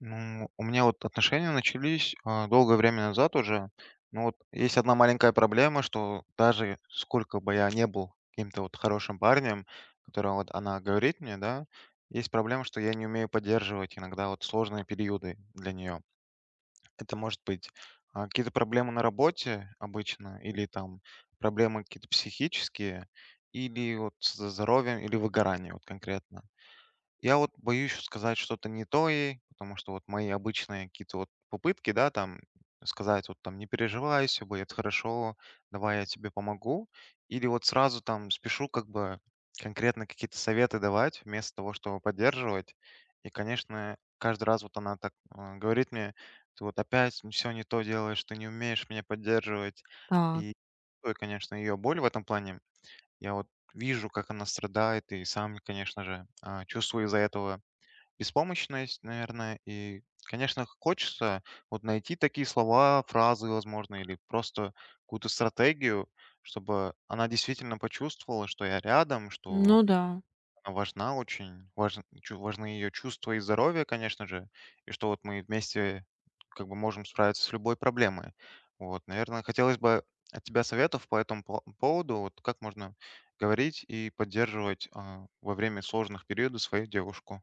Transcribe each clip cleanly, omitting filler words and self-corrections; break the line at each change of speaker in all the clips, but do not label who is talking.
Ну, у меня вот отношения начались долгое время назад уже. Но вот есть одна маленькая проблема, что даже сколько бы я не был каким-то вот хорошим парнем, которого вот она говорит мне, да, есть проблема, что я не умею поддерживать иногда вот сложные периоды для нее. Это может быть какие-то проблемы на работе обычно, или там проблемы какие-то психические, или вот со здоровьем, или выгорание вот конкретно. Я вот боюсь сказать что-то не то ей, потому что вот мои обычные какие-то вот попытки, да, там сказать вот там не переживай, все будет хорошо, давай я тебе помогу, или вот сразу там спешу как бы конкретно какие-то советы давать вместо того, чтобы поддерживать. И, конечно, каждый раз вот она так говорит мне, ты вот опять все не то делаешь, ты не умеешь меня поддерживать.
Так,
И чувствую, конечно, ее боль в этом плане, я вот вижу, как она страдает, и сам, конечно же, чувствую из-за этого беспомощность, наверное. И, конечно, хочется вот найти такие слова, фразы, возможно, или просто какую-то стратегию, чтобы она действительно почувствовала, что я рядом, что
ну да.
Важна очень, важн чу важны ее чувства и здоровье, конечно же, и что вот мы вместе как бы можем справиться с любой проблемой. Вот, наверное, хотелось бы от тебя советов по поводу. Вот как можно говорить и поддерживать, во время сложных периодов свою девушку?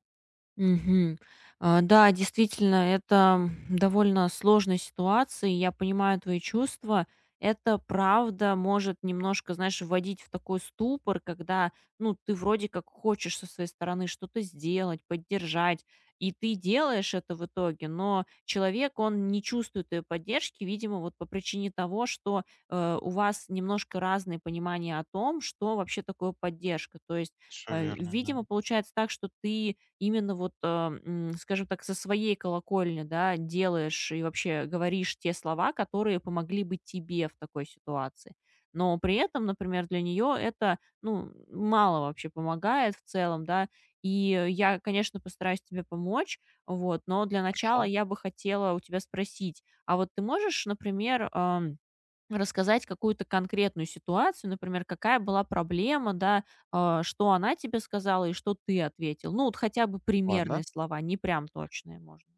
Мгм. Да, действительно, это довольно сложная ситуация, и я понимаю твои чувства. Это правда может немножко, знаешь, вводить в такой ступор, когда, ну, ты вроде как хочешь со своей стороны что-то сделать, поддержать, и ты делаешь это в итоге, но человек, он не чувствует твоей поддержки, видимо, вот по причине того, что у вас немножко разные понимания о том, что вообще такое поддержка. То есть,
Все верно, да.
видимо, получается так, что ты именно вот, скажем так, со своей колокольни, да, делаешь и вообще говоришь те слова, которые помогли бы тебе в такой ситуации. Но при этом, например, для нее это, ну, мало вообще помогает в целом, да. И я, конечно, постараюсь тебе помочь, вот, но для начала
Хорошо,
я бы хотела у тебя спросить, а вот ты можешь, например, рассказать какую-то конкретную ситуацию, например, какая была проблема, да, что она тебе сказала и что ты ответил. Ну, вот хотя бы
ладно.
примерные слова, не прям точные можно.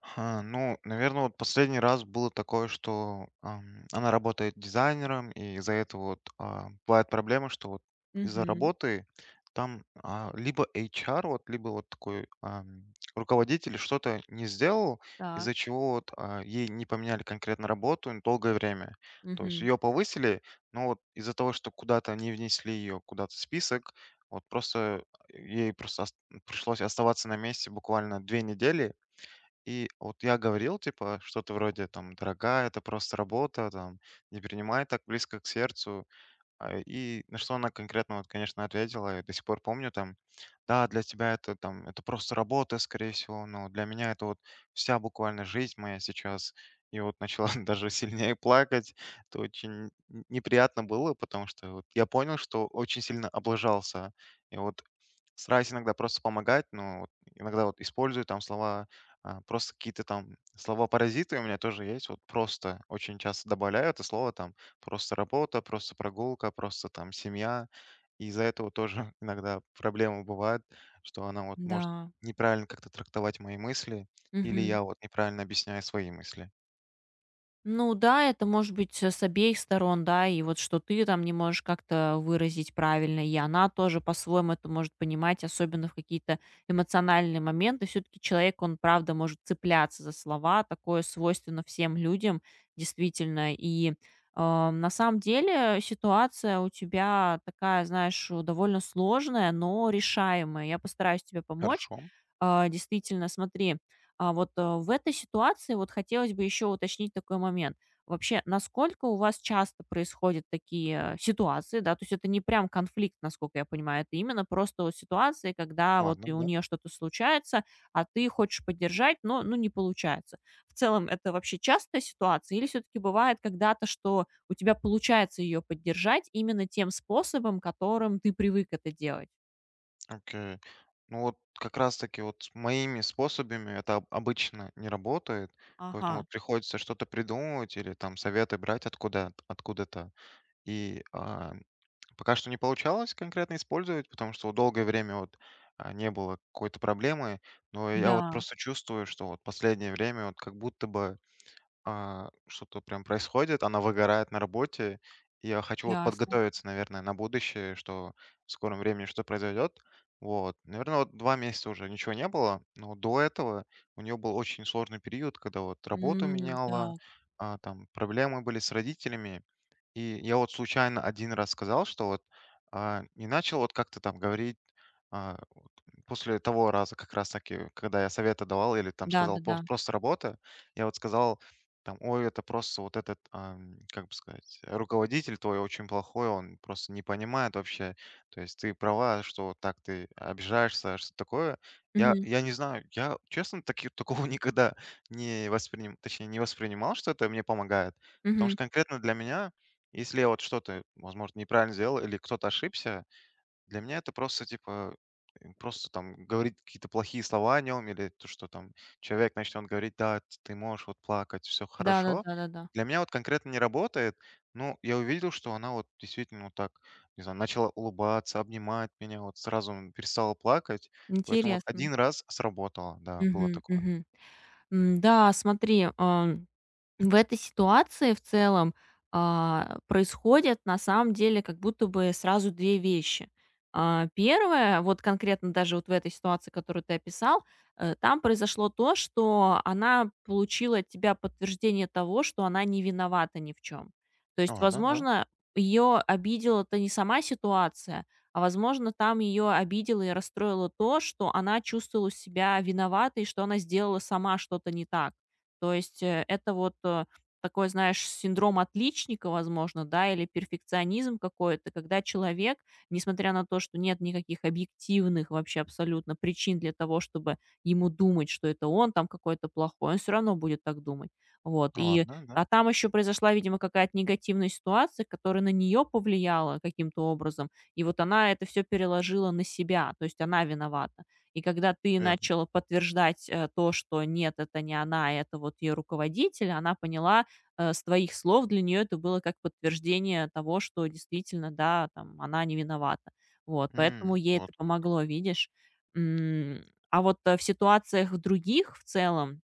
Ха, ну, наверное, вот последний раз было такое, что, она работает дизайнером, и из-за этого вот, бывает проблема, что вот из-за
Мгм.
работы там, либо HR, вот, либо вот такой, руководитель что-то не сделал,
Так.
из-за чего вот, ей не поменяли конкретно работу на долгое время. То есть
Мгм.
ее повысили, но вот из-за того, что куда-то не внесли ее куда-то в список, вот просто ей просто ост пришлось оставаться на месте буквально 2 недели. И вот я говорил, типа, что-то вроде там: "Дорогая, это просто работа, там, не принимай так близко к сердцу". А, и на что она конкретно, вот, конечно, ответила, я до сих пор помню там: "Да, для тебя это там просто работа, скорее всего, но для меня это вот вся буквально жизнь моя сейчас". И вот начала даже сильнее плакать. Это очень н неприятно было, потому что вот я понял, что очень сильно облажался. И вот стараюсь иногда просто помогать, но вот иногда вот использую там слова, просто какие-то там слова-паразиты у меня тоже есть. Вот "просто" очень часто добавляю это слово там. Просто работа, просто прогулка, просто там семья. И из-за этого тоже иногда проблема бывает, что она вот
Да.
может неправильно как-то трактовать мои мысли, или
Мгм.
я вот неправильно объясняю свои мысли.
Ну да, это может быть с обеих сторон, да, и вот что ты там не можешь как-то выразить правильно, и она тоже по-своему это может понимать, особенно в какие-то эмоциональные моменты. Все-таки человек, он правда может цепляться за слова, такое свойственно всем людям, действительно. И на самом деле ситуация у тебя такая, знаешь, довольно сложная, но решаемая. Я постараюсь тебе помочь.
Хорошо,
Действительно, смотри, а вот, в этой ситуации вот хотелось бы еще уточнить такой момент. Вообще, насколько у вас часто происходят такие ситуации, да? То есть это не прям конфликт, насколько я понимаю, это именно просто вот ситуации, когда вот
ладно,
и у
да.
нее что-то случается, а ты хочешь поддержать, но, ну, не получается. В целом, это вообще частая ситуация или все-таки бывает когда-то, что у тебя получается ее поддержать именно тем способом, которым ты привык это делать?
Окей. Ну вот как раз-таки вот с моими способами это обычно не работает,
Ага,
поэтому вот приходится что-то придумывать или там советы брать откуда-то. И а, Пока что не получалось конкретно использовать, потому что вот долгое время вот не было какой-то проблемы, но я вот
да,
просто чувствую, что вот последнее время вот как будто бы что-то прям происходит, она выгорает на работе. И я хочу вот
ясно.
подготовиться, наверное, на будущее, что в скором времени что произойдет. Вот, наверное, вот 2 месяца уже ничего не было, но вот до этого у нее был очень сложный период, когда вот работу меняла,
Так,
там проблемы были с родителями, и я вот случайно один раз сказал, что вот, и начал вот как-то там говорить, а, вот после того раза как раз таки, когда я советы давал или там сказал:
да-да-да.
"Пос Просто работа". Я вот сказал там: "Ой, это просто вот этот, как бы сказать, руководитель твой очень плохой, он просто не понимает вообще. То есть ты права, что вот так ты обижаешься", что такое. Я
Мгм,
я не знаю, я, честно, таки такого никогда не воспринимал, что это мне помогает, потому
мгм.
что конкретно для меня если я вот что-то, возможно, неправильно сделал или кто-то ошибся, для меня это просто типа просто там говорить какие-то плохие слова о нем или то, что там человек начнет говорить, да, ты можешь вот плакать, все хорошо.
Да-да-да-да-да.
Для меня вот конкретно не работает. Ну, я увидел, что она вот действительно вот так, не знаю, начала улыбаться, обнимать меня, вот сразу перестала плакать. Поэтому вот
Интересно.
один раз сработало, да, было
Мгм,
такое.
мгм. Да, смотри. В этой ситуации в целом происходят на самом деле как будто бы сразу 2 вещи. 1, вот конкретно даже вот в этой ситуации, которую ты описал, там произошло то, что она получила от тебя подтверждение того, что она не виновата ни в чем. То есть,
Ладно, да,
возможно, ее обидела-то не сама ситуация, возможно, там ее обидело и расстроило то, что она чувствовала себя виноватой, что она сделала сама что-то не так. То есть, это вот, такой, знаешь, синдром отличника, возможно, да, или перфекционизм какой-то, когда человек, несмотря на то, что нет никаких объективных вообще абсолютно причин для того, чтобы ему думать, что это он там какой-то плохой, он все равно будет так думать. Вот.
а, ладно, да,
А там еще произошла, видимо, какая-то негативная ситуация, которая на нее повлияла каким-то образом, и вот она это все переложила на себя, то есть она виновата. И когда ты
верно.
начал подтверждать, то, что нет, это не она, а это вот ее руководитель, она поняла, с твоих слов для нее это было как подтверждение того, что действительно, да, там она не виновата. Вот, поэтому
М,
ей это
вот как.
помогло, видишь. М, а вот, в ситуациях других в целом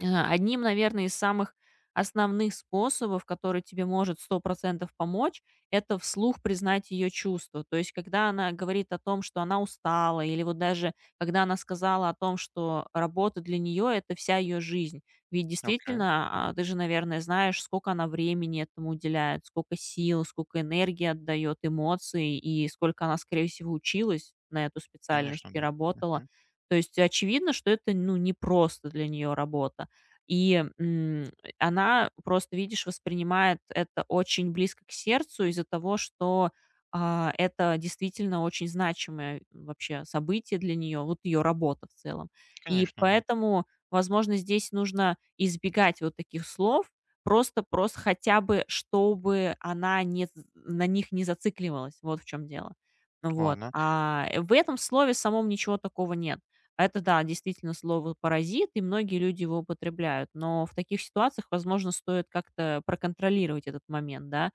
Одним, наверное, из самых основных способов, который тебе может 100% помочь, это вслух признать ее чувства. То есть, когда она говорит о том, что она устала, или вот даже когда она сказала о том, что работа для нее — это вся ее жизнь. Ведь
Окей,
действительно, ты же, наверное, знаешь, сколько она времени этому уделяет, сколько сил, сколько энергии отдает, эмоций, и сколько она, скорее всего, училась на эту специальность
конечно,
и
да.
работала.
Мгм.
То есть очевидно, что это, ну, не просто для нее работа. И она просто, видишь, воспринимает это очень близко к сердцу из-за того, что, это действительно очень значимое вообще событие для нее, вот ее работа в целом. И
Конечно, да.
поэтому, возможно, здесь нужно избегать вот таких слов, просто просто хотя бы, чтобы она не з на них не зацикливалась, вот в чем дело. Вот,
Ладно,
в этом слове самом ничего такого нет. Это да, действительно слово паразит, и многие люди его употребляют. Но в таких ситуациях, возможно, стоит как-то проконтролировать этот момент, да.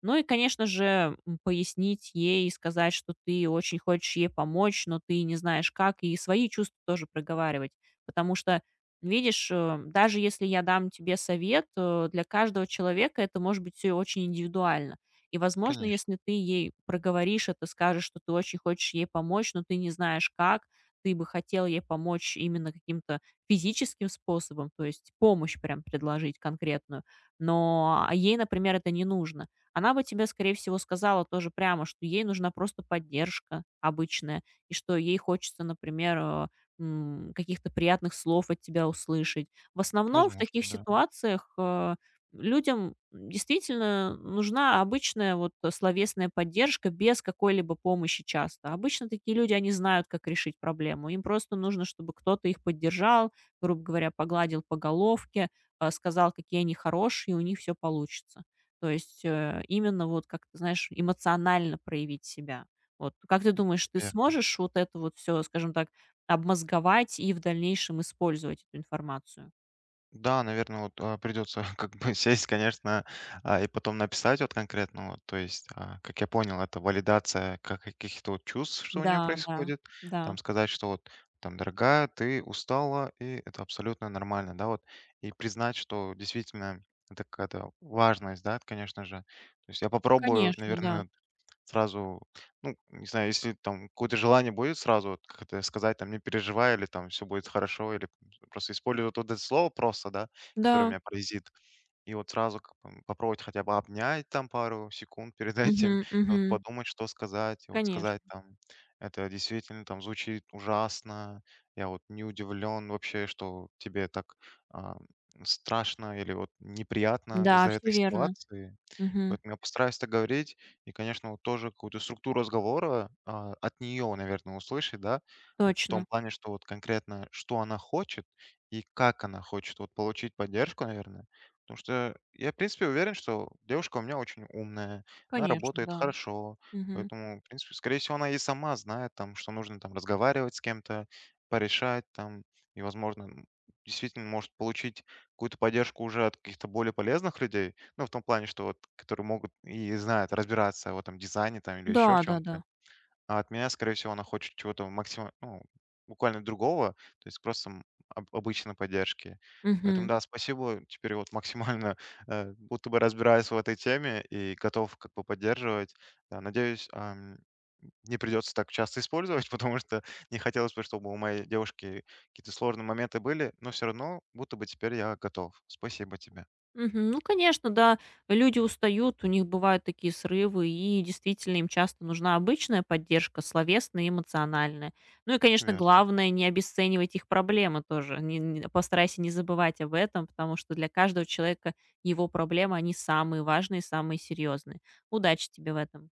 Ну и, конечно же, пояснить ей и сказать, что ты очень хочешь ей помочь, но ты не знаешь как, и свои чувства тоже проговаривать. Потому что, видишь, даже если я дам тебе совет, для каждого человека это может быть все очень индивидуально. И, возможно,
конечно,
если ты ей проговоришь это, скажешь, что ты очень хочешь ей помочь, но ты не знаешь как, ты бы хотел ей помочь именно каким-то физическим способом, то есть помощь прям предложить конкретную, но а ей, например, это не нужно, она бы тебе, скорее всего, сказала тоже прямо, что ей нужна просто поддержка обычная, и что ей хочется, например, каких-то приятных слов от тебя услышать. В основном в
возможно,
таких
да,
ситуациях людям действительно нужна обычная вот словесная поддержка без какой-либо помощи часто. Обычно такие люди, они знают, как решить проблему. Им просто нужно, чтобы кто-то их поддержал, грубо говоря, погладил по головке, сказал, какие они хорошие, и у них все получится. То есть, именно вот как ты знаешь, эмоционально проявить себя. Вот как ты думаешь, ты
верно.
сможешь вот это вот все, скажем так, обмозговать и в дальнейшем использовать эту информацию?
Да, наверное, вот придется как бы сесть, конечно, и потом написать вот конкретно, вот, то есть, а, как я понял, это валидация каких-то вот чувств, что у
Да,
нее
да,
происходит,
да.
там сказать, что вот там, дорогая, ты устала, и это абсолютно нормально, да, вот, и признать, что действительно это какая-то важность, да, конечно же. То есть я попробую,
Конечно, да.
наверное, сразу, ну, не знаю, если там какое-то желание будет сразу, вот как это сказать, там: "Не переживай", или там: все будет хорошо", или просто использовать вот это слово просто, да, которое у
Да.
меня паразит. И вот сразу как бы попробовать хотя бы обнять там пару секунд перед этим, и
Мгм,
вот
мгм.
подумать, что сказать. И вот
Конечно.
сказать там: "Это действительно там звучит ужасно. Я вот не удивлен вообще, что тебе так, а, страшно или вот неприятно
Да,
из-за
все
этой
верно.
ситуации".
Мгм.
Поэтому я постараюсь так говорить. И, конечно, вот тоже какую-то структуру разговора от нее, наверное, услышать, да, вот в
Точно.
том плане, что вот конкретно, что она хочет и как она хочет вот получить поддержку, наверное. Потому что я, в принципе, уверен, что девушка у меня очень умная, она
Конечно,
работает
да.
хорошо,
Мгм.
поэтому, в принципе, скорее всего, она и сама знает, там, что нужно там разговаривать с кем-то, порешать там, и, возможно, действительно может получить какую-то поддержку уже от каких-то более полезных людей, ну, в том плане, что вот, которые могут и знают разбираться в этом дизайне там или еще в
Да-да-да.
чем-то. А от меня, скорее всего, она хочет чего-то максимально, ну, буквально другого, то есть просто обычной поддержки. Поэтому,
Мгм.
да, спасибо. Теперь вот максимально будто бы разбираюсь в этой теме и готов как бы поддерживать. Да, надеюсь, не придется так часто использовать, потому что не хотелось бы, чтобы у моей девушки какие-то сложные моменты были, но все равно будто бы теперь я готов. Спасибо тебе.
Мгм. Ну, конечно, да, люди устают, у них бывают такие срывы, и действительно им часто нужна обычная поддержка, словесная и эмоциональная. Ну и, конечно,
Верно.
главное не обесценивать их проблемы тоже. Постарайся не забывать об этом, потому что для каждого человека его проблемы, они самые важные, самые серьезные. Удачи тебе в этом.